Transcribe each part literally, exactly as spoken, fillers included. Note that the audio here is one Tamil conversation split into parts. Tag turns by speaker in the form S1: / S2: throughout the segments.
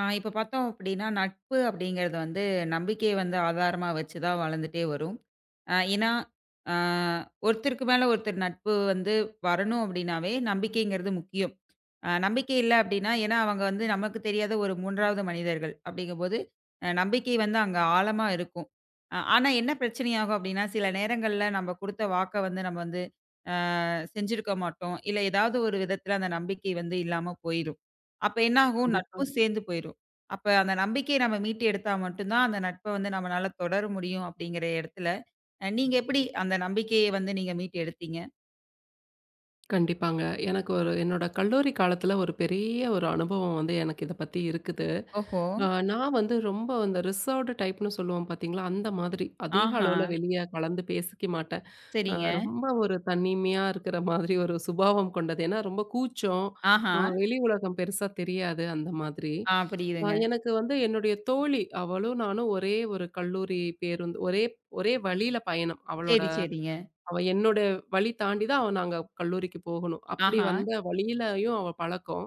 S1: ஆ, இப்ப பார்த்தோம் அப்படின்னா, நட்பு அப்படிங்கிறது வந்து நம்பிக்கைய வந்து ஆதாரமா வச்சு தான் வளர்ந்துட்டே வரும். அ ஏன்னா, அ ஒருத்தருக்கு மேல ஒருத்தர் நட்பு வந்து வரணும் அப்படின்னாவே, நம்பிக்கைங்கிறது முக்கியம். அ நம்பிக்கை இல்ல அப்படின்னா, ஏன்னா அவங்க வந்து நமக்கு தெரியாத ஒரு மூன்றாவது மனிதர்கள். அப்படிங்கும்போது, அ நம்பிக்கை வந்து அங்க ஆழமா இருக்கும். அ ஆனா என்ன பிரச்சனையாகும் அப்படின்னா, சில நேரங்கள்ல நம்ம குடுத்த வாக்க வந்து நம்ம வந்து அ செஞ்சிருக்க மாட்டோம். இல்ல ஏதாவது ஒரு விதத்துல அந்த நம்பிக்கை வந்து இல்லாம போயிரும். அப்ப என்ன ஆகும்?
S2: கண்டிப்பா.
S1: நட்பும் சேர்ந்து போயிரும். அப்ப அந்த நம்பிக்கைய நம்ம மீட்டு எடுத்தா மட்டும் தான், அந்த நட்ப வந்து நம்மனால தொடர முடியும் அப்படிங்கிற இடத்துல, அ நீங்க எப்படி அந்த நம்பிக்கைய வந்து நீங்க மீட்டு எடுத்தீங்க?
S2: கண்டிப்பாங்க. எனக்கு ஒரு என்னோட கல்லூரி காலத்துல ஒரு பெரிய ஒரு அனுபவம் வந்து எனக்கு இத பத்தி இருக்குது.
S1: ஓஹோ!
S2: அ நான் வந்து ரொம்ப அந்த ரிசர்வ்டு டைப்னு சொல்லுவோம் பாத்தீங்களா, அந்த மாதிரி. அதிக
S1: ஆஹா!
S2: அளவுல வெளிய கலந்து பேசிக்க மாட்டேன். அ
S1: சரிங்க.
S2: ரொம்ப ஒரு தனிமையா இருக்கிற மாதிரி ஒரு சுபாவம் கொண்டது. ஏன்னா ரொம்ப கூச்சம்.
S1: ஆஹா!
S2: அ வெளி உலகம் பெருசா தெரியாது அந்த மாதிரி.
S1: ஆ,
S2: அ
S1: புரியுதுங்க.
S2: எனக்கு வந்து என்னுடைய தோழி, அவளும் நானும் ஒரே ஒரு கல்லூரி பேருந்து ஒரே ஒரே வழியில பயணம். அவளோட
S1: சரி, சரிங்க.
S2: அவ என்னோட வழி தாண்டி தான் அவ நாங்க கல்லூரிக்கு போகணும். அப்படி
S1: ஆஹா!
S2: வந்த வழியிலயும் அவ பழக்கம்.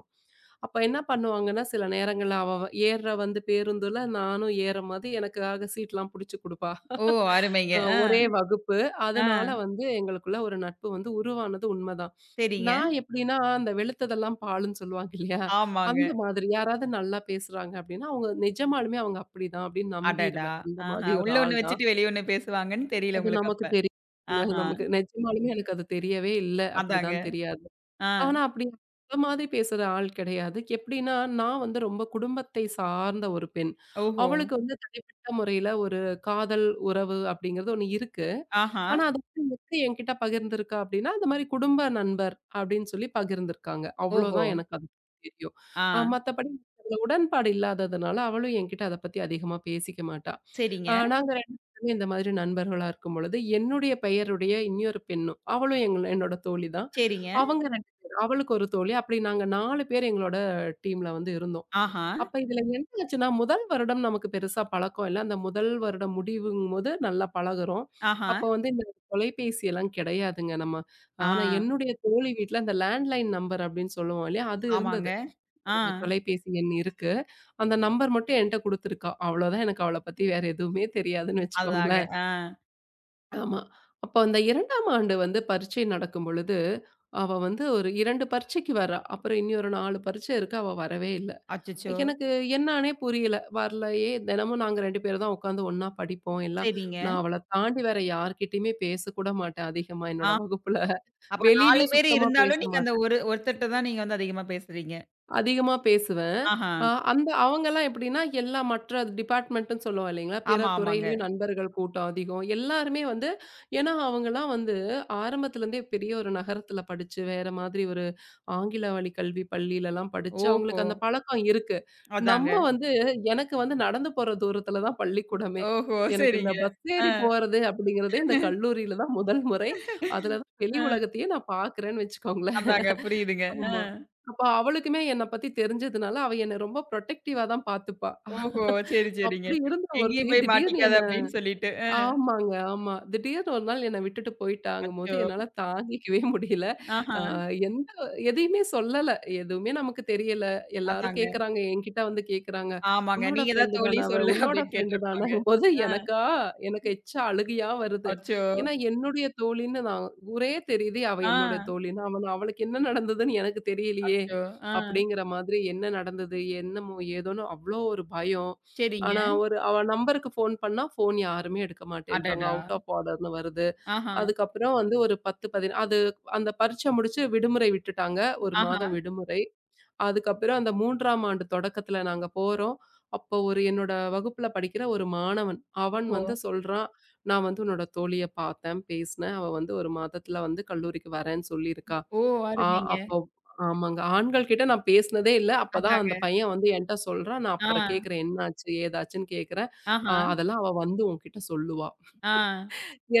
S2: அப்ப என்ன பண்ணுவாங்கன்னா, சில நேரங்கள்ல அவ வ ஏர்ற வந்து பேருந்துல நானும் ஏறும் போது எனக்காக சீட்லாம் புடிச்சு குடுப்பா.
S1: ஓ! அருமைங்க.
S2: அ
S1: ஆ,
S2: ஒரே வகுப்பு.
S1: ஆ.
S2: அதனால வந்து எங்களுக்குள்ள ஒரு நட்பு வந்து உருவானது உண்மதான்.
S1: சரிங்க.
S2: நான் எப்படின்னா, அந்த வெளுத்ததெல்லாம் பாலுன்னு சொல்லுவாங்க இல்லையா?
S1: ஆமாங்க.
S2: அந்த மாதிரி யாராவது நல்லா பேசுறாங்க அப்படின்னா, அவங்க நிஜமாலுமே அவங்க அப்படிதான் அப்படின்னு
S1: அடடா!
S2: நம்பிருவேன். அந்த
S1: ஆஹா!
S2: மாதிரி ஒரு
S1: உள்ள
S2: ஆள்
S1: ஒண்ணு
S2: தான்.
S1: வச்சுட்டு வெளிய ஒண்ணு பேசுவாங்கன்னு தெரியல
S2: அது
S1: உங்களுக்கு
S2: நமக்கு
S1: அப்ப.
S2: தெரியுங்க.
S1: ஆஹா!
S2: நமக்கு நிஜமாலுமே எனக்கு அது தெரியவே இல்ல.
S1: அதாங்க.
S2: அப்படிதான் தெரியாது.
S1: ஆ.
S2: ஆனா அப்படி அந்த மாதிரி பேசுற ஆள் கிடையாது. எப்படின்னா, நான் வந்து ரொம்ப குடும்பத்தை சார்ந்த ஒரு பெண்.
S1: ஓஹோ!
S2: அவளுக்கு வந்து தனிப்பட்ட முறையில ஒரு காதல் உறவு அப்படிங்கிறது ஒண்ணு இருக்கு.
S1: ஆஹா!
S2: ஆனா அது வந்து எப்படி என்கிட்ட பகிர்ந்திருக்கா அப்படின்னா, இந்த மாரி குடும்ப நண்பர் அப்படின்னு சொல்லி பகிர்ந்திருக்காங்க.
S1: ஓஹோ!
S2: அவ்வளோதான் எனக்கு அது தெரியும்.
S1: ஆ.
S2: அ மத்தபடி அதுல உடன்பாடு இல்லாததுனால, அவளும் என்கிட்ட அத பத்தி அதிகமா பேசிக்க மாட்டா.
S1: சரிங்க,
S2: அ நாங்க ரெண்டு பேருமே இந்த மாதிரி நண்பர்களா இருக்கும்பொழுது, என்னுடைய பெயருடைய இன்னொரு பெண்ணும், அவளும் எங்கள என்னோட தோழி தான்.
S1: சரிங்க.
S2: அவங்க ரெண்டு பேர், அவளுக்கு ஒரு தோழி. அப்படி நாங்க நாலு பேர் எங்களோட டீம்ல வந்து இருந்தோம்.
S1: ஆஹா!
S2: அப்ப இதுல என்ன ஆச்சுன்னா, முதல் வருடம் நமக்கு பெருசா பழக்கம் இல்ல. அந்த முதல் வருடம் முடிவுங்கும்போது நல்லா பழகுறோம்.
S1: ஆஹா.
S2: அப்ப வந்து தொலைபேசி எல்லாம் கிடையாதுங்க. நம்ம
S1: ஆ.
S2: ஆனா என்னுடைய தோழி வீட்ல அந்த லேண்ட்லைன் நம்பர் அப்படின்னு சொல்லுவோம் இல்லையா? அது
S1: ஆமாங்க.
S2: இருந்தது.
S1: ஆ.
S2: ஒரு தொலைபேசி எண் இருக்கு. அந்த நம்பர் மட்டும் என்ட்ட குடுத்துருக்கா. அவ்வளோதான் எனக்கு அவள பத்தி வேற எதுவுமே தெரியாதுன்னு
S1: அதுதாங்க.
S2: வச்சுக்கோங்களேன்.
S1: ஆ.
S2: ஆமா. அப்போ அந்த ரெண்டாம் ஆண்டு வந்து பரீட்சை நடக்கும் பொழுது, அவ வந்து ஒரு ரெண்டு பரீட்சைக்கு வர்றா. அப்புறம் இனி ஒரு நாலு பரீட்சை இருக்கு. அவ வரவே இல்ல.
S1: அச்சச்சோ!
S2: எனக்கு என்னான்னே புரியல. வரலையே! தினமும் நாங்க ரெண்டு பேர் தான் உட்காந்து ஒண்ணா படிப்போம். எல்லாம்
S1: சரிங்க.
S2: நான் அவள தாண்டி வேற யார்கிட்டயுமே பேசக்கூட மாட்டேன் அதிகமா
S1: ஆ.
S2: என்னோட வகுப்புல.
S1: அப்ப நாலு
S2: வெளியிலயும்
S1: பேரு
S2: சுத்தமா பேச
S1: இருந்தாலும் நீங்க அந்த
S2: மாட்டேன்.
S1: ஒரு ஒருத்தர்ட்ட தான் நீங்க வந்து அதிகமா பேசுறீங்க.
S2: அதிகமா பேசுவேன்.
S1: ஆஹா.
S2: அ அந்த அவங்கலாம் எப்படின்னா, எல்லா மற்ற டிபார்ட்மெண்ட்ன்னு சொல்லுவோம் இல்லைங்களா? பிற
S1: ஆமா, ஆமாங்க.
S2: துறையிலயும் நண்பர்கள் கூட்டம் அதிகம். எல்லாருமே வந்து ஏன்னா அவங்கலாம் வந்து ஆரம்பத்துலருந்தே பெரிய ஒரு நகரத்துல படிச்சு, வேற மாதிரி ஒரு ஆங்கில வழி கல்வி பள்ளியிலலாம் படிச்சு,
S1: ஓஹோ!
S2: அவங்களுக்கு அந்த பழக்கம் இருக்கு.
S1: அதாங்க.
S2: நம்ம வந்து எனக்கு வந்து நடந்து போற தூரத்துல தான் பள்ளிக்கூடமே.
S1: ஓஹோ!
S2: எனக்கு இந்த
S1: சரிங்க.
S2: பஸ்
S1: ஆ.
S2: ஏறி போறது அப்படிங்கிறதே இந்த கல்லூரியில தான் முதல் முறை. அதுல தான் வெளி
S1: ஆ.
S2: உலகத்தையே நான் பார்க்குறேன்னு வச்சுக்கோங்களேன்.
S1: அதாங்க புரியுதுங்க.
S2: ஆமா.
S1: ஆ.
S2: அப்ப அவளுக்குமே என்ன பத்தி தெரிஞ்சதுனால, அவ என்ன ரொம்ப புரொடெக்டிவா தான் பார்த்துப்பா.
S1: ஓஹோ! சரி, சரிங்க.
S2: அப்படி இருந்த ஒருத்தி
S1: எங்கேயும் போய்
S2: திடீர்னு
S1: மாட்டிக்காத
S2: என்ன
S1: அப்படின்னு சொல்லிட்டு. அ.
S2: ஆமாங்க, ஆமா. திடீர்னு ஒரு நாள் என்ன விட்டுட்டு போயிட்டாங்கும்போது,
S1: அச்சோ!
S2: என்னால தாங்கிக்கவே முடியல. அ
S1: ஆஹா.
S2: எந்த எதையுமே சொல்லல. எதுவுமே நமக்கு தெரியல. எல்லாரும்
S1: அதாங்க.
S2: கேட்கறாங்க. என்கிட்ட வந்து கேட்கறாங்க.
S1: ஆமாங்க.
S2: "உன்னோட
S1: நீங்க தான்
S2: ஃப்ரெண்டு
S1: தோழி
S2: தான அவ?
S1: சொல்லு
S2: உன்னோட
S1: அப்படின்னு
S2: ஃப்ரெண்டு
S1: கேட்டிருப்பாங்க.
S2: தானங்கும்போது"
S1: ஆ.
S2: எனக்கா எனக்கு எச்ச அழுகையா வருது.
S1: அச்சோ!
S2: ஏன்னா என்னுடைய தோழின்னு நான் ஊரே தெரியுது. அவ
S1: ஆ.
S2: என்னுடைய தோழின்னு. அவ அவளுக்கு என்ன நடந்ததுன்னு எனக்கு தெரியலையே!
S1: அச்சோ! ஆ.
S2: அப்படிங்கிற மாதிரி என்ன நடந்தது? என்னமோ ஏதோன்னு அவ்ளோ ஒரு பயம்.
S1: சரிங்க.
S2: ஆனா, ஒரு அவ நம்பருக்கு ஃபோன் பண்ணா, ஃபோன் யாருமே எடுக்க மாட்டேன்றாங்க.
S1: அடடா!
S2: அவுட் ஆஃப் ஆர்டர்ன்னு வருது.
S1: ஆஹா,
S2: அதுக்கப்புறம் வந்து ஒரு பத்து, பதினைந்து அது அந்த பரீட்சை முடிச்சு விடுமுறை விட்டுட்டாங்க. ஒரு
S1: ஆஹா.
S2: மாதம் விடுமுறை. அதுக்கப்புறம் அந்த மூணாம் ஆண்டு தொடக்கத்தில நாங்க போறோம். அப்போ ஒரு என்னோட வகுப்புல படிக்கிற ஒரு மாணவன், அவன்
S1: ஓஹோ!
S2: வந்து சொல்றான், "நான் வந்து உன்னோட தோழிய பார்த்தேன், பேசினேன். அவ வந்து ஒரு மாதத்தில வந்து கல்லூரிக்கு வரேன்னு சொல்லியிருக்கா.
S1: ஓ!
S2: ஆ
S1: அருமைங்க.
S2: அப்போ ஆமாங்க. ஆண்கள் கிட்ட நான் பேசினதே இல்ல. அப்பதான் அந்த
S1: அதாங்க.
S2: பையன் வந்து என்ட்ட சொல்றான். நான்
S1: ஆ,
S2: அப்புறம் கேட்கிறேன். என்னாச்சு? ஏதாச்சுன்னு கேட்கிறேன். ஆ
S1: ஆஹா,
S2: அதெல்லாம் அவ வந்து உன்கிட்ட சொல்லுவா.
S1: ஆ.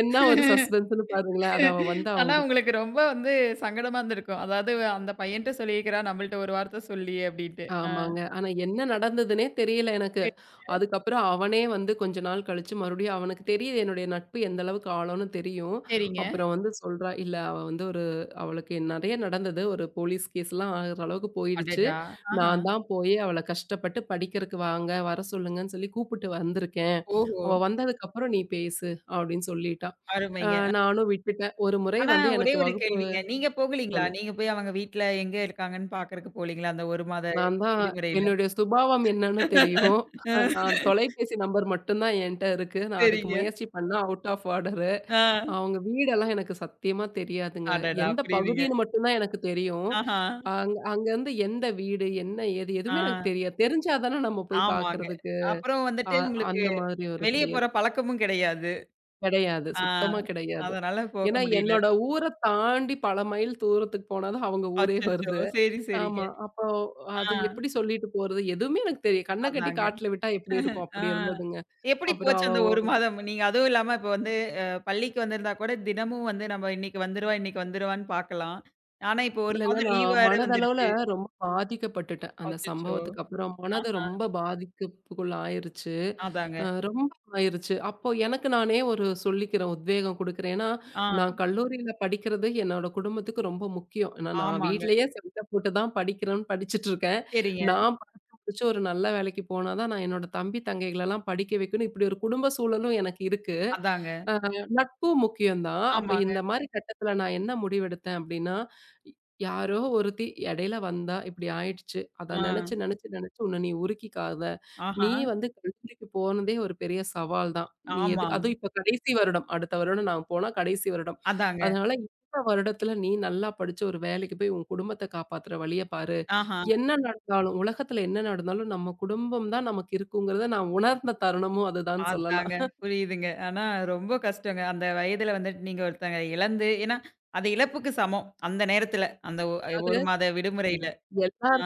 S2: என்ன ஒரு சஸ்பென்ஸ்ன்னு பாருங்களேன். அது அவ வந்து
S1: ஆனா
S2: அவங்கிட்ட
S1: உங்களுக்கு ரொம்ப வந்து சங்கடமா இருந்திருக்கும். அதாவது அந்த பையன்ட்ட சொல்லியிருக்கிறா, நம்மள்ட்ட ஒரு வார்த்த சொல்லி அப்டின்ட்டு. ஆ.
S2: ஆமாங்க. ஆனா என்ன நடந்ததுன்னே தெரியல எனக்கு.
S1: சரிங்க,
S2: அதுக்கப்புறம் அவனே வந்து கொஞ்ச நாள் கழிச்சு மறுபடியும் அவனுக்கு தெரியுது என்னுடைய நட்பு எந்த அளவுக்கு ஆழம்னு தெரியும்.
S1: சரிங்க.
S2: அப்புறம் வந்து சொல்றா, "இல்ல அவ வந்து ஒரு அவளுக்கு நெறைய நடந்தது. ஒரு போலீஸ் கேஸ்லாம் ஆகுற அளவுக்கு போயிடுச்சு.
S1: அடடா! ஆஹா.
S2: நான் தான் போய் அவள கஷ்டப்பட்டு படிக்கிறக்கு வாங்க, வர சொல்லுங்கன்னு சொல்லி கூப்பிட்டு வந்திருக்கேன்.
S1: ஓஹோ!
S2: அவ வந்ததுக்கப்புறம் நீ பேசு" அப்படின்னு சொல்லிட்டா. அ
S1: அருமைங்க.
S2: நானும் விட்டுட்டேன். ஒரு முறை
S1: ஆனா
S2: வந்து
S1: ஒரே
S2: எனக்கு
S1: ஒரு
S2: வகுப்பு
S1: கேள்விங்க. நீங்க போகலீங்களா? நீங்க போய் அவங்க வீட்ல எங்க இருக்காங்கன்னு பாக்குறக்கு போலீங்களா? அந்த ஒரு மாத
S2: நான் தான்
S1: விடுமுறையில?
S2: என்னுடைய சுபாவம் என்னன்னு தெரியும். அஹ்
S1: ஆ,
S2: நான் தொலைபேசி நம்பர் மட்டும் தான் என்ட்ட இருக்கு. நான் அதுக்கு
S1: சரிங்க.
S2: முயற்சி பண்ணா அவுட் ஆஃப் ஆர்டரு.
S1: ஆ.
S2: அவங்க வீடெல்லாம் எனக்கு சத்தியமா தெரியாதுங்க.
S1: அடடா!
S2: எந்த
S1: புரியுதுங்க.
S2: பகுதின்னு மட்டும் தான் எனக்கு தெரியும்.
S1: ஆஹா.
S2: அங் அங்கருந்து எந்த வீடு, என்ன ஏது
S1: ஆ,
S2: எதுவுமே எனக்கு தெரியாது. தெரிஞ்சா தானே நம்ம போய்
S1: ஆமாங்க.
S2: பார்க்கறதுக்கு.
S1: அப்புறம்
S2: அ
S1: வந்துட்டு உங்களுக்கு
S2: அந்த மாதிரி ஒரு
S1: வெளிய
S2: செயல்.
S1: போற பழக்கமும் கிடையாது.
S2: கிடையாது.
S1: ஆ,
S2: சுத்தமா கிடையாது.
S1: அதனால போக
S2: ஏன்னா
S1: முடியல.
S2: என்னோட ஊர தாண்டி பல மைல் தூரத்துக்கு போனா தான் அவங்க ஊரே
S1: அச்சச்சோ!
S2: வருது.
S1: சரி, சரிங்க.
S2: ஆமா. அப்போ
S1: ஆ,
S2: அது எப்படி சொல்லிட்டு போறது? எதுவுமே எனக்கு தெரிய கண்ண கட்டி
S1: அதாங்க.
S2: காட்டுல விட்டா எப்படி இருக்கும்?
S1: ஆ.
S2: அப்படி இருந்ததுங்க.
S1: எப்படி
S2: அப்புறம்
S1: போச்சு
S2: அவ
S1: அந்த
S2: ஒ
S1: ஒரு மாதம்? நீங்க அதுவும் இல்லாம இப்ப வந்து அ பள்ளிக்கு வந்திருந்தா கூட தினமும் வந்து நம்ம இன்னைக்கு வந்துருவா, இன்னைக்கு வந்துருவான்னு பார்க்கலாம். ஆனா இப்ப ஒரு
S2: இல்லங்க.
S1: மாதம் லீவ்
S2: நான்
S1: வேற
S2: மனதளவுல
S1: வந்துருச்சு.
S2: ரொம்ப பாதிக்கப்பட்டுட்டேன். அந்த
S1: அச்சச்சோ!
S2: சம்பவத்துக்கு அப்புறம் மனது ரொம்ப பாதிக்கப்புக்குள்ள ஆயிருச்சு. அ
S1: அதாங்க.
S2: ரொம்ப ஆயிருச்சு. அப்போ எனக்கு நானே ஒரு சொல்லிக்கிறேன், உத்வேகம் குடுக்கிறேன். ஏன்னா,
S1: ஆ,
S2: நான் கல்லூரியில படிக்கிறது என்னோட குடும்பத்துக்கு ரொம்ப முக்கியம். ஏன்னா, நான்
S1: ஆமாங்க.
S2: வீட்லயே சண்டை போட்டு தான் படிக்கிறேன்னு படிச்சுட்டுருக்கேன்.
S1: சரிங்க.
S2: நான் படிச்சு முடிச்சு ஒரு நல்ல வேலைக்கு போனா தான், நான் என்னோட தம்பி, தங்கைகளெல்லாம் படிக்க வைக்கணும். இப்படி ஒரு குடும்ப சூழலும் எனக்கு இருக்கு.
S1: அதாங்க.
S2: அ நட்பும் முக்கியம் தான். அப்ப
S1: ஆமாங்க.
S2: இந்த மாரி கட்டத்துல நான் என்ன முடிவெடுத்தேன் அப்டின்னா, யாரோ ஒருத்தி இடையில வந்தா இப்டி ஆயிடுச்சு. அத
S1: ஆ.
S2: நெனச்சு, நெனச்சு, நெனச்சு உன்ன நீ உருக்கிக்காத. நீ
S1: ஆஹா.
S2: வந்து கல்லூரிக்கு போனதே ஒரு பெரிய சவால் தான். நீ எது
S1: ஆமா.
S2: அதுவும் இப்ப கடைசி வருடம். அடுத்த வருடம் நான் போனா கடைசி வருடம்.
S1: அதாங்க.
S2: அதனால இந்த வருடத்துல நீ நல்லா படிச்சு ஒரு வேலைக்கு போய் உன் குடும்பத்த காப்பாத்துற வழிய பாரு.
S1: ஆஹா.
S2: என்ன நடந்தாலும் உலகத்துல என்ன நடந்தாலும் நம்ம குடும்பம் தான் நமக்கு இருக்குங்கிறத நான் உணர்ந்த தருணமும் அதுதான்னு சொல்லலாம்.
S1: அதாங்க. புரியுதுங்க. ஆனா ரொம்ப கஷ்டங்க. அந்த வயதுல வந்துட்டு நீங்க ஒருத்தங்க இழந்து ஏன்னா, அது இழப்புக்கு சமம். அந்த நேரத்துல. அந்த ஒ
S2: அது
S1: ஒரு மாத விடுமுறையில.
S2: ஆமா.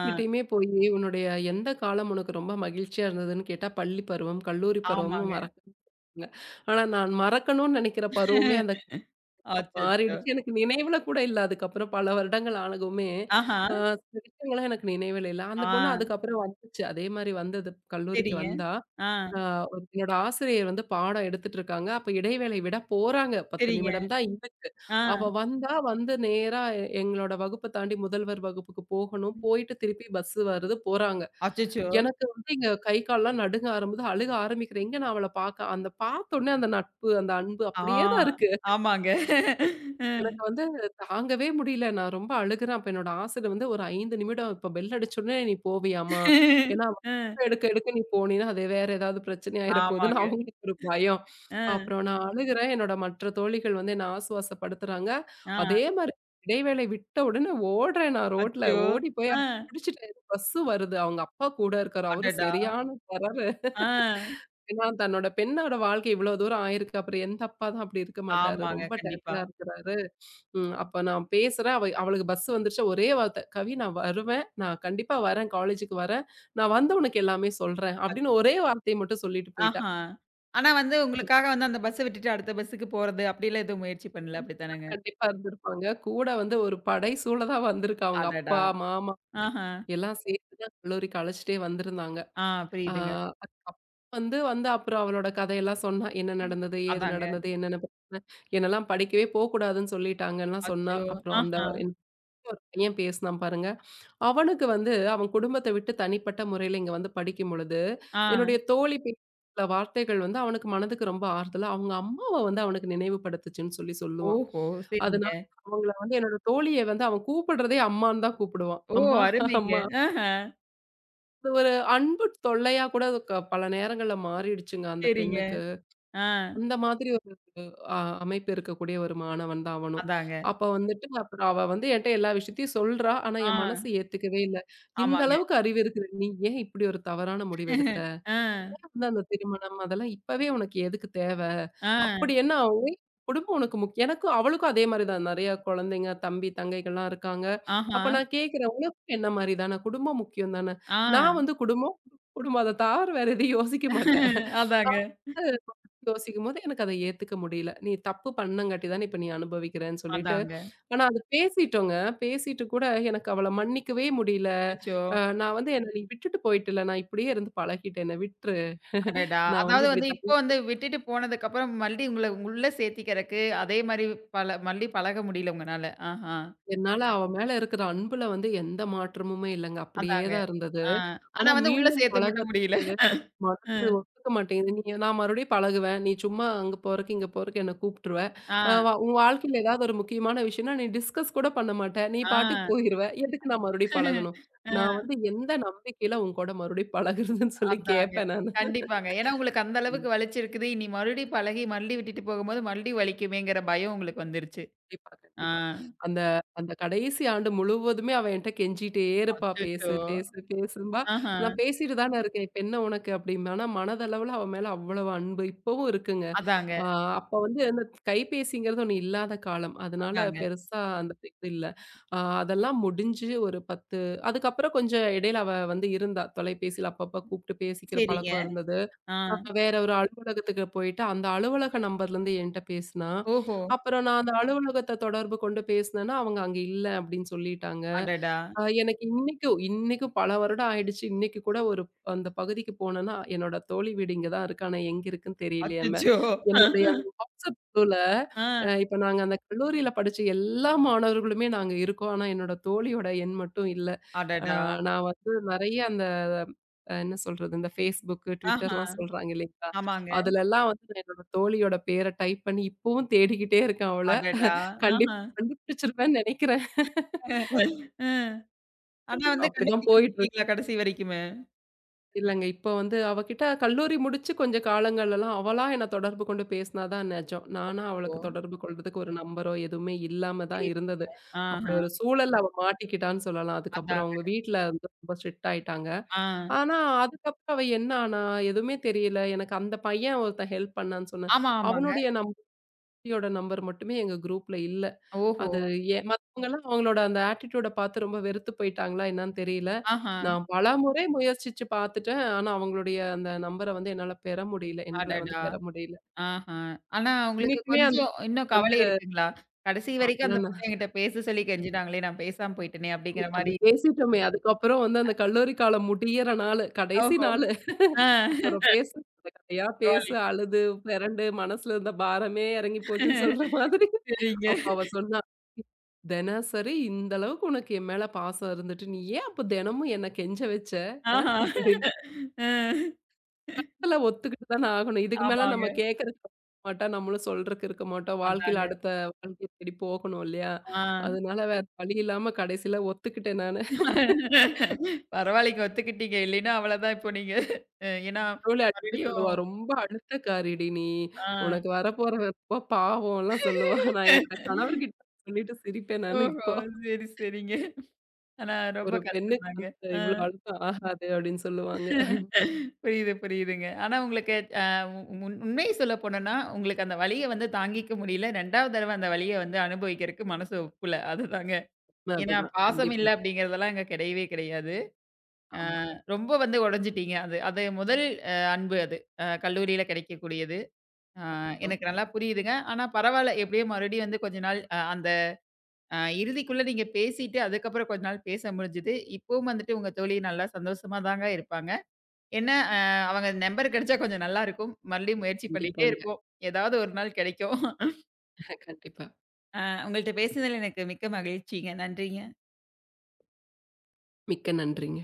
S1: ஆ,
S2: போயி, உன்னுடைய எந்த காலம் உனக்கு ரொம்ப மகிழ்ச்சியா இருந்ததுன்னு கேட்டா, பள்ளி பருவம், கல்லூரி பருவம்னு
S1: ஆமாங்க.
S2: மறக்க முடியாதுங்க. ஆனா, நான் மறக்கணும்னு நெனைக்கிற பருவமே அந்த காலம்
S1: அச்சச்சோ!
S2: மாறிடுச்சு. எனக்கு நினைவுல கூட இல்ல. அதுக்கப்புறம் பல வருடங்கள் ஆனதுமே,
S1: ஆஹா.
S2: அ சில விஷயங்கள்லாம் எனக்கு நினைவுல இல்ல. அந்த பொண்ணு
S1: ஆ,
S2: அதுக்கப்புறம் வந்துச்சு. அதே மாரி வந்தது. கல்லூரிக்கு
S1: சரிங்க.
S2: வந்தா,
S1: ஆ,
S2: ஆ ஒரு என்னோட ஆசிரியர் வந்து பாடம் எடுத்துட்டு இருக்காங்க. அப்ப இடைவேளை விட போறாங்க. பத்து
S1: சரிங்க.
S2: நிமிடம் தான் இருக்கு. அவ
S1: ஆ.
S2: வந்தா வந்து நேரா எ- எங்களோட வகுப்ப தாண்டி முதல்வர் வகுப்புக்கு போகணும். போயிட்டு திருப்பி பஸ் வருது போறாங்க.
S1: அச்சச்சோ!
S2: எனக்கு வந்து இங்க கை கால்லாம் நடுங்க ஆரம்புது. அழுக ஆரம்பிக்கிறேன். எங்க நான் அவள பார்க்க அந்த பார்த்தோனே அந்த நட்பு, அந்த அன்பு
S1: ஆ,
S2: அப்படியே தான் இருக்கு.
S1: ஆமாங்க.
S2: எனக்கு
S1: ம்.
S2: வந்து தாங்கவே முடியல. நான் ரொம்ப அழுகுறேன். அப்ப என்னோட ஆசிரியர் வந்து ஒரு அஞ்சு நிமிடம் இப்ப பெல் அடிச்சோனே நீ போவியாம்மா? ஏன்னா அவன்
S1: ம்.
S2: எடுக்க எடுக்க நீ போனீன்னா, அது வேற ஏதாவது பிரச்சனை ஆயிற போகுதுன்னு
S1: ஆமாங்க.
S2: அவங்களுக்கு ஒரு பயம்.
S1: ம்.
S2: அப்புறம் நான் அழுகுறேன். என்னோட மற்ற தோழிகள் வந்து என்ன ஆசுவாசப்படுத்துறாங்க. அதே
S1: ஆ.
S2: மாரி இடைவேளை விட்ட உடனே ஓடுறேன் நான் ரோட்ல.
S1: அச்சோ!
S2: ஓடி போய்
S1: ஆ.
S2: அவங்கள புடிச்சுட்டேன். பஸ்ஸு வருது. அவங்க அப்பா கூட இருக்காரு. அவரு
S1: அடடா!
S2: சரியான தர
S1: ஆ.
S2: ஏன்னா தன்னோட பெண்ணோட வாழ்க்கை இவ்ளோ தூரம் ஆயிருக்கு. அப்புறம் எந்த அப்பா தான் அப்படி இருக்க மாட்டாரு.
S1: ஆமாங்க.
S2: ரொம்ப
S1: கண்டிப்பா.
S2: டயர்டா இருக்கிறாரு. ம் அப்ப நான் பேசுறேன். அவ அவளுக்கு பஸ் வந்துருச்சு. ஒரே வார்த்தை, "கவி நான் வருவேன். நான் கண்டிப்பா வரேன். காலேஜுக்கு வரேன். நான் வந்து உனக்கு எல்லாமே சொல்றேன்."
S1: அ
S2: அப்படின்னு ஒரே வார்த்தைய மட்டும் சொல்லிட்டு போயிட்டா.
S1: ஆஹா! ஆனா வந்து உங்களுக்காக வந்து அந்த பஸ்ஸ விட்டுட்டு அடுத்த பஸ்ஸுக்கு போறது அப்படிலாம் எதுவும் முயற்சி பண்ணல அப்படித்தானங்க?
S2: கண்டிப்பா இருந்திருப்பாங்க. கூட வந்து ஒரு படை சூழலா வந்திருக்கு. அவங்க
S1: அடடா!
S2: அப்பா, மாமா
S1: ஆஹா!
S2: எல்லாம் சேர்த்து தான் கல்லூரிக்கு அழைச்சிட்டே வந்திருந்தாங்க.
S1: ஆ,
S2: ஆ.
S1: புரியுதுங்க.
S2: வந்து வந்து அப்புறம் அவளோட கதையெல்லாம் சொன்னா. என்ன நடந்தது? ஏது
S1: அதாங்க.
S2: நடந்தது? என்னென்ன பிரச்சனை? என்னலாம் படிக்கவே போக்கூடாதுன்னு சொல்லிட்டாங்கன்லாம் சொன்னா.
S1: அச்சோ!
S2: அப்புறம் அந்த
S1: ஆஹா!
S2: என் கூட ஒரு பையன் பேசினான் பாருங்க. அவனுக்கு வந்து அவன் குடும்பத்த விட்டு தனிப்பட்ட முறையில இங்க வந்து படிக்கும் பொழுது,
S1: ஆ.
S2: என்னுடைய தோழி பேசின வார்த்தைகள் வந்து அவனுக்கு மனதுக்கு ரொம்ப ஆறுதலா, அவங்க அம்மாவ வந்து அவனுக்கு நினைவுபடுத்துச்சுன்னு சொல்லி சொல்லுவான்.
S1: ஓஹோ! சரிங்க.
S2: அதனால அவங்கள வந்து என்னோட தோழிய வந்து அவன் கூப்பிடுறதே அம்மான்னு தான் கூப்பிடுவான்.
S1: ஓ!
S2: அம்மா,
S1: அருமைங்க.
S2: அம்மா.
S1: ஆஹா!
S2: அது ஒரு அன்பு தொல்லையா கூட க பல நேரங்கள்ல மாறிடுச்சுங்க அந்த
S1: சரிங்க.
S2: பெண்ணுக்கு.
S1: ஆ.
S2: அந்த மாதிரி ஒரு அ அமைப்பு இருக்கக்கூடிய ஒரு மாணவன் தான் அவனும்.
S1: அதாங்க.
S2: அப்ப வந்துட்டு அப்புறம் அவ வந்து என்ட்ட எல்லா விஷயத்தையும் சொல்றா. ஆனா,
S1: ஆ.
S2: என் மனசு ஏத்துக்கவே இல்ல. இந்த
S1: ஆமாங்க.
S2: அளவுக்கு அறிவு இருக்கிற நீ ஏன் இப்படி ஒரு தவறான முடிவு எடுத்த?
S1: ஆ.
S2: வந்து அந்த திருமணம் அதெல்லாம் இப்பவே உனக்கு எதுக்கு தேவ?
S1: ஆ.
S2: அப்படி என்ன ஆகும்? குடும்பம் உனக்கு முக்கியம். எனக்கும் அவளுக்கும் அதே மாரி தான். நெறைய குழந்தைங்க, தம்பி, தங்கைகள்லாம் இருக்காங்க.
S1: ஆஹா!
S2: அப்ப நான் கேட்கிறேன், உனக்கும் என்ன மாரி தான? குடும்பம் முக்கியம் தான? நான்
S1: ஆ.
S2: வந்து குடும்பம் குடும்பம் அத தவர வேற எதையும் யோசிக்க மாட்டேன்.
S1: அதாங்க.
S2: அப்ப யோசிக்கும்போது எனக்கு அத ஏத்துக்க முடியல. "நீ தப்பு பண்ணங்காட்டி தானே இப்ப நீ அனுபவிக்கிறன்னு" சொல்லிட்டு,
S1: அதாங்க.
S2: ஆனா அது பேசிட்டோங்க. பேசிட்டு கூட எனக்கு அவள மன்னிக்கவே முடியல.
S1: அச்சச்சோ!
S2: அ நான் வந்து என்ன "நீ விட்டுட்டு போயிட்டல்ல, நான் இப்படியே இருந்து பழகிட்டேன். என்ன விட்ரு.
S1: அடடா!
S2: நான் வந்து
S1: அதாவது
S2: இப்படி
S1: வந்து இப்போ
S2: தள்ளி-
S1: வந்து விட்டுட்டு போனதுக்கப்புறம் மறுபடியும் உங்கள உள்ள சேர்த்திக்கிறக்கு, அதே மாரி பழ மல்லி பழக முடியல உங்கனால. ஆஹா!
S2: என்னால அவ மேல இருக்கிற அன்புல வந்து எந்த மாற்றமுமே இல்லங்க. அப்படியே
S1: அதாங்க.
S2: தான் இருந்தது."
S1: ஆ. ஆனா
S2: ஆனா
S1: வந்து உள்ள
S2: மீண்டும்
S1: சேர்த்த மட்டும் முடியல.
S2: பழகுறதுக்கு மனசு
S1: ம்.
S2: ஒத்துக்க மாட்டேங்குது. நீ நான் மறுபடியும் பழகுவேன். நீ சும்மா அங்க போறக்கு, இங்க போறக்கு என்ன கூப்பிட்டுருவ. அ
S1: ஆ,
S2: வ உன் வாழ்க்கையில ஏதாவது ஒரு முக்கியமான விஷயம்னா, நீ டிஸ்கஸ் கூட பண்ண மாட்ட. நீ பாட்டுக்கு
S1: ஆ.
S2: போயிருவ. எதுக்கு நான் மறுபடியும் பழகணும்?
S1: அ
S2: நான் வந்து எந்த நம்பிக்கையில உன் கூட மறுபடியும் பழகுறதுன்னு சொல்லி
S1: அதாங்க.
S2: கேட்பேன் நானு.
S1: கண்டிப்பாங்க. ஏன்னா உங்களுக்கு அந்த அளவுக்கு வலிச்சிருக்குது. இனி மறுபடியும் பழகி மல்லி விட்டுட்டு போகும்போது மறுபடியும் வலிக்குமேங்கிற பயம் உங்களுக்கு வந்துருச்சு.
S2: கண்டிப்பா,
S1: ஆ.
S2: கண்டிப்பா. அந்த அந்த கடைசி ஆண்டு முழுவதுமே அவ என்ட்ட கெஞ்சிட்டே இருப்பா.
S1: அச்சச்சோ!
S2: பேசு, பேசு, பேசும்பா.
S1: ஆஹா!
S2: நான் பேசிட்டு தானே இருக்கேன். இப்ப என்ன உனக்கு அப்படிம்பேன். ஆனா மனதளவுல அவ மேல அவ்வளவு அன்பு இப்பவும் இருக்குங்க.
S1: அதாங்க,
S2: ஆ அப்ப வந்து அந்த கைபேசிங்கிறது ஒண்ணு இல்லாத காலம். அதனால
S1: அதாங்க.
S2: பெருசா அந்த இது இல்ல. ஆ அதெல்லாம் முடிஞ்சு ஒரு பத்து அதுக்கப்புறம் கொஞ்சம் இடையில அவ வந்து இருந்தா. தொலைபேசியில அப்பப்ப கூப்பிட்டு பேசிக்கிற
S1: சரிங்க.
S2: பழக்கம் இருந்தது.
S1: ஆ.
S2: ஆ வேற ஒரு அலுவலகத்துக்கு போயிட்டு, அந்த அலுவலக நம்பர்லேருந்து என்ட்ட பேசினா.
S1: ஓஹோ!
S2: அப்புறம் நான் அந்த அலுவலகத்த தொடர்பு கொண்டு பேசினேன்னா, அவங்க அங்க இல்ல அப்படின்னு சொல்லிட்டாங்க.
S1: அடடா!
S2: அ எனக்கு இன்னைக்கு இன்னைக்கும் பல வருடம் ஆயிடுச்சு. இன்னைக்கு கூட ஒரு அந்த பகுதிக்கு போனேன்னா, என்னோட தோழி வீடு இங்க தான் இருக்கு. ஆனா எங்க இருக்குன்னு தெரியலையேம்பேன்.
S1: அச்சச்சோ!
S2: என்னுடைய அந்த வாட்ஸ்அப் குழுல
S1: ஆ.
S2: அ இப்ப நாங்க அந்த கல்லூரியில படிச்ச எல்லா மாணவர்களுமே நாங்க இருக்கோம். ஆனா என்னோட தோழியோட எண் மட்டும் இல்ல. அ
S1: அடடா!
S2: நான் வந்து நெறைய அந்த அ என்ன சொல்றது? இந்த Facebook,
S1: ஆஹா.
S2: Twitterலாம் சொல்றாங்க இல்லைங்களா?
S1: ஆமாங்க.
S2: அதுலலாம் வந்து நான் என்னோட தோழியோட பேர டைப் பண்ணி இப்பவும் தேடிக்கிட்டே இருக்கேன் அவள.
S1: அடடா!
S2: கண்டிப்பா
S1: ஆஹா.
S2: கண்டுபிடிச்சிருவேன்னு நெனைக்கிறேன்.
S1: அ. ஆனா
S2: கண்டிப்பா
S1: வந்து
S2: அப்படிதான்
S1: கண்டுபிடிக்க
S2: போயிட்டு இருக்கு.
S1: முடியலீங்களா கடைசி வரைக்குமே?
S2: இல்லங்க. இப்ப வந்து அவகிட்ட கல்லூரி முடிச்சு கொஞ்ச காலங்கள்லலாம் அவளா என்ன தொடர்பு கொண்டு பேசினா தான் நெஜம். நானா
S1: ஓ!
S2: அவளுக்கு தொடர்பு கொள்றதுக்கு ஒரு நம்பரோ எதுவுமே இல்லாம தான்
S1: சரி.
S2: இருந்தது. அப்படி
S1: ஆஹா.
S2: ஒரு சூழல்ல அவ மாட்டிக்கிட்டான்னு சொல்லலாம். அதுக்கப்புறம் அவங்க
S1: அதாங்க.
S2: வீட்ல வந்து ரொம்ப ஸ்ட்ரிக்ட் ஆயிட்டாங்க.
S1: ஆ.
S2: ஆனா அதுக்கப்புறம் அவ என்ன ஆனா எதுவுமே தெரியல. எனக்கு அந்த பையன் ஒருத்தன் ஹெல்ப் பண்ணான்னு சொன்னேன்.
S1: ஆமா, ஆமாங்க.
S2: அவனுடைய நம்பியோட நம்பர் மட்டுமே எங்க குரூப்ல இல்ல.
S1: ஓஹோ!
S2: அது ஏ மத்தவங்கலாம் அவங்களோட அந்த ஆட்டிட்யூட பார்த்து ரொம்ப வெறுத்து போயிட்டாங்களா என்னன்னு தெரியல.
S1: ஆஹா.
S2: நான் பலமுறை முயற்சிச்சு பார்த்துட்டேன். ஆனா அவங்களுடைய அந்த நம்பர வந்து என்னால பெற முடியல. எண்கள வந்து
S1: அடடா!
S2: பெற முடியல.
S1: ஆஹா. ஆனா உங்களுக்கு
S2: இன்னைக்குமே அந்த
S1: கொஞ்சம் இன்னும்
S2: வந்து
S1: கவலை இருக்குங்களா? கடைசி வரைக்கும் அந்த
S2: அதெல்லாம் நான்
S1: பொண்ணு என்கிட்ட பேச சொல்லி கெஞ்சினாங்களே! நான் பேசாம போயிட்டேனே! அப்படிங்கிற
S2: அது
S1: மாரி.
S2: பேசிட்டோமே. அதுக்கப்புறம் வந்து அந்த கல்லூரி காலம் முடியிற நாளு, கடைசி
S1: ஓஹோ!
S2: நாளு.
S1: ஆ.
S2: அப்புறம் பேசு கத கதையா பேசு,
S1: பரவாயில்லைங்க.
S2: அழுது, பெரண்டு மனசுல இருந்த பாரமே இறங்கி போச்சுன்னு சொல்ற மாதிரி
S1: சரிங்க.
S2: அப்ப அவ சொன்னா. தினசரி இந்த அளவுக்கு உனக்கு என் மேல பாசம் இருந்துட்டு, நீ ஏன் அப்ப தினமும் என்ன கெஞ்ச வச்ச? அ
S1: ஆஹா.
S2: அப்படின்னு
S1: அ.
S2: இதெல்லாம் ஒத்துக்கிட்டு தானே ஆகணும். இதுக்கு மேல நம்ம
S1: ஆமாங்க.
S2: கேட்கறதுக்கு மாட்டா, நம்மளும் சொல்றக்கு இருக்க மாட்டோம். வாழ்க்கையில
S1: அதாங்க.
S2: அடுத்த வாழ்க்கைய தேடி போகணும் இல்லையா?
S1: ஆ.
S2: அதனால வேற வழி இல்லாம கடைசியில ஒத்துக்கிட்டேன் நானு.
S1: பரவாயில்லைங்க ஒத்துக்கிட்டீங்க. இல்லைன்னா அவ்வளதான் இப்போ நீங்க. அ ஏன்னா
S2: தோழி அடிக்கடி
S1: மறுபடியும்
S2: சொல்லுவா, "ரொம்ப அழுத்தக்காரிடி நீ.
S1: ஆ.
S2: உனக்கு வரப்போற ரொம்ப பாவம்லாம்" சொல்லுவா. நான் என்னோட கணவர்கிட்ட சொல்லிட்டு சிரிப்பேன் நானு
S1: ஓஹோ!
S2: இப்போ.
S1: சரி, சரிங்க. ஆனா ரொம்ப
S2: "ஒரு பெண்ணுக்கு
S1: கஷ்டம்தாங்க.
S2: வந்து
S1: ஆ.
S2: இவ்வளோ அழுத்தம் ஆகாது" அப்படின்னு சொல்லுவாங்க.
S1: புரியுது, புரியுதுங்க. ஆனா உங்களுக்கு அ உண் உண்மைய சொல்ல போனோம்னா, உங்களுக்கு அந்த வலிய வந்து தாங்கிக்க முடியல. இரண்டாவது தடவ அந்த வலிய வந்து அனுபவிக்கிறதுக்கு மனசு ஒப்புல. அதுதாங்க. ஏன்னா
S2: அதுதான்
S1: பாசம் இல்ல
S2: கண்டிப்பா.
S1: அப்படிங்கிறதெல்லாம் அங்க கிடையவே கிடையாது. அ
S2: ஆமா.
S1: ரொம்ப வந்து உடைஞ்சிட்டீங்க. அது அது முதல் அ அன்பு அது. அ கல்லூரியில கிடைக்கக்கூடியது. ஆ,
S2: கண்டிப்பா,
S1: எனக்கு நல்லா புரியுதுங்க. ஆனா பரவால்ல, எப்படியோ மறுபடியும் வந்து கொஞ்ச நாள் அ அந்த அ இறுதிக்குள்ள நீங்க பேசிட்டு, அதுக்கப்புறம் கொஞ்ச நாள் பேச முடிஞ்சுது. இப்பவும் வந்துட்டு உங்க தோழி நல்லா சந்தோஷமா தாங்க இருப்பாங்க. ஏன்னா, அ அவங்க நம்பர் கிடைச்சா கொஞ்சம் நல்லாருக்கும். மறுபடியும் முயற்சி பண்ணிட்டே
S2: கண்டிப்பாங்க.
S1: இருப்போம். ஏதாவது ஒரு நாள் கிடைக்கும்.
S2: கண்டிப்பா.
S1: அ உங்கள்ட்ட பேசினதுல எனக்கு மிக்க மகிழ்ச்சிங்க. நன்றிங்க.
S2: மிக்க நன்றிங்க.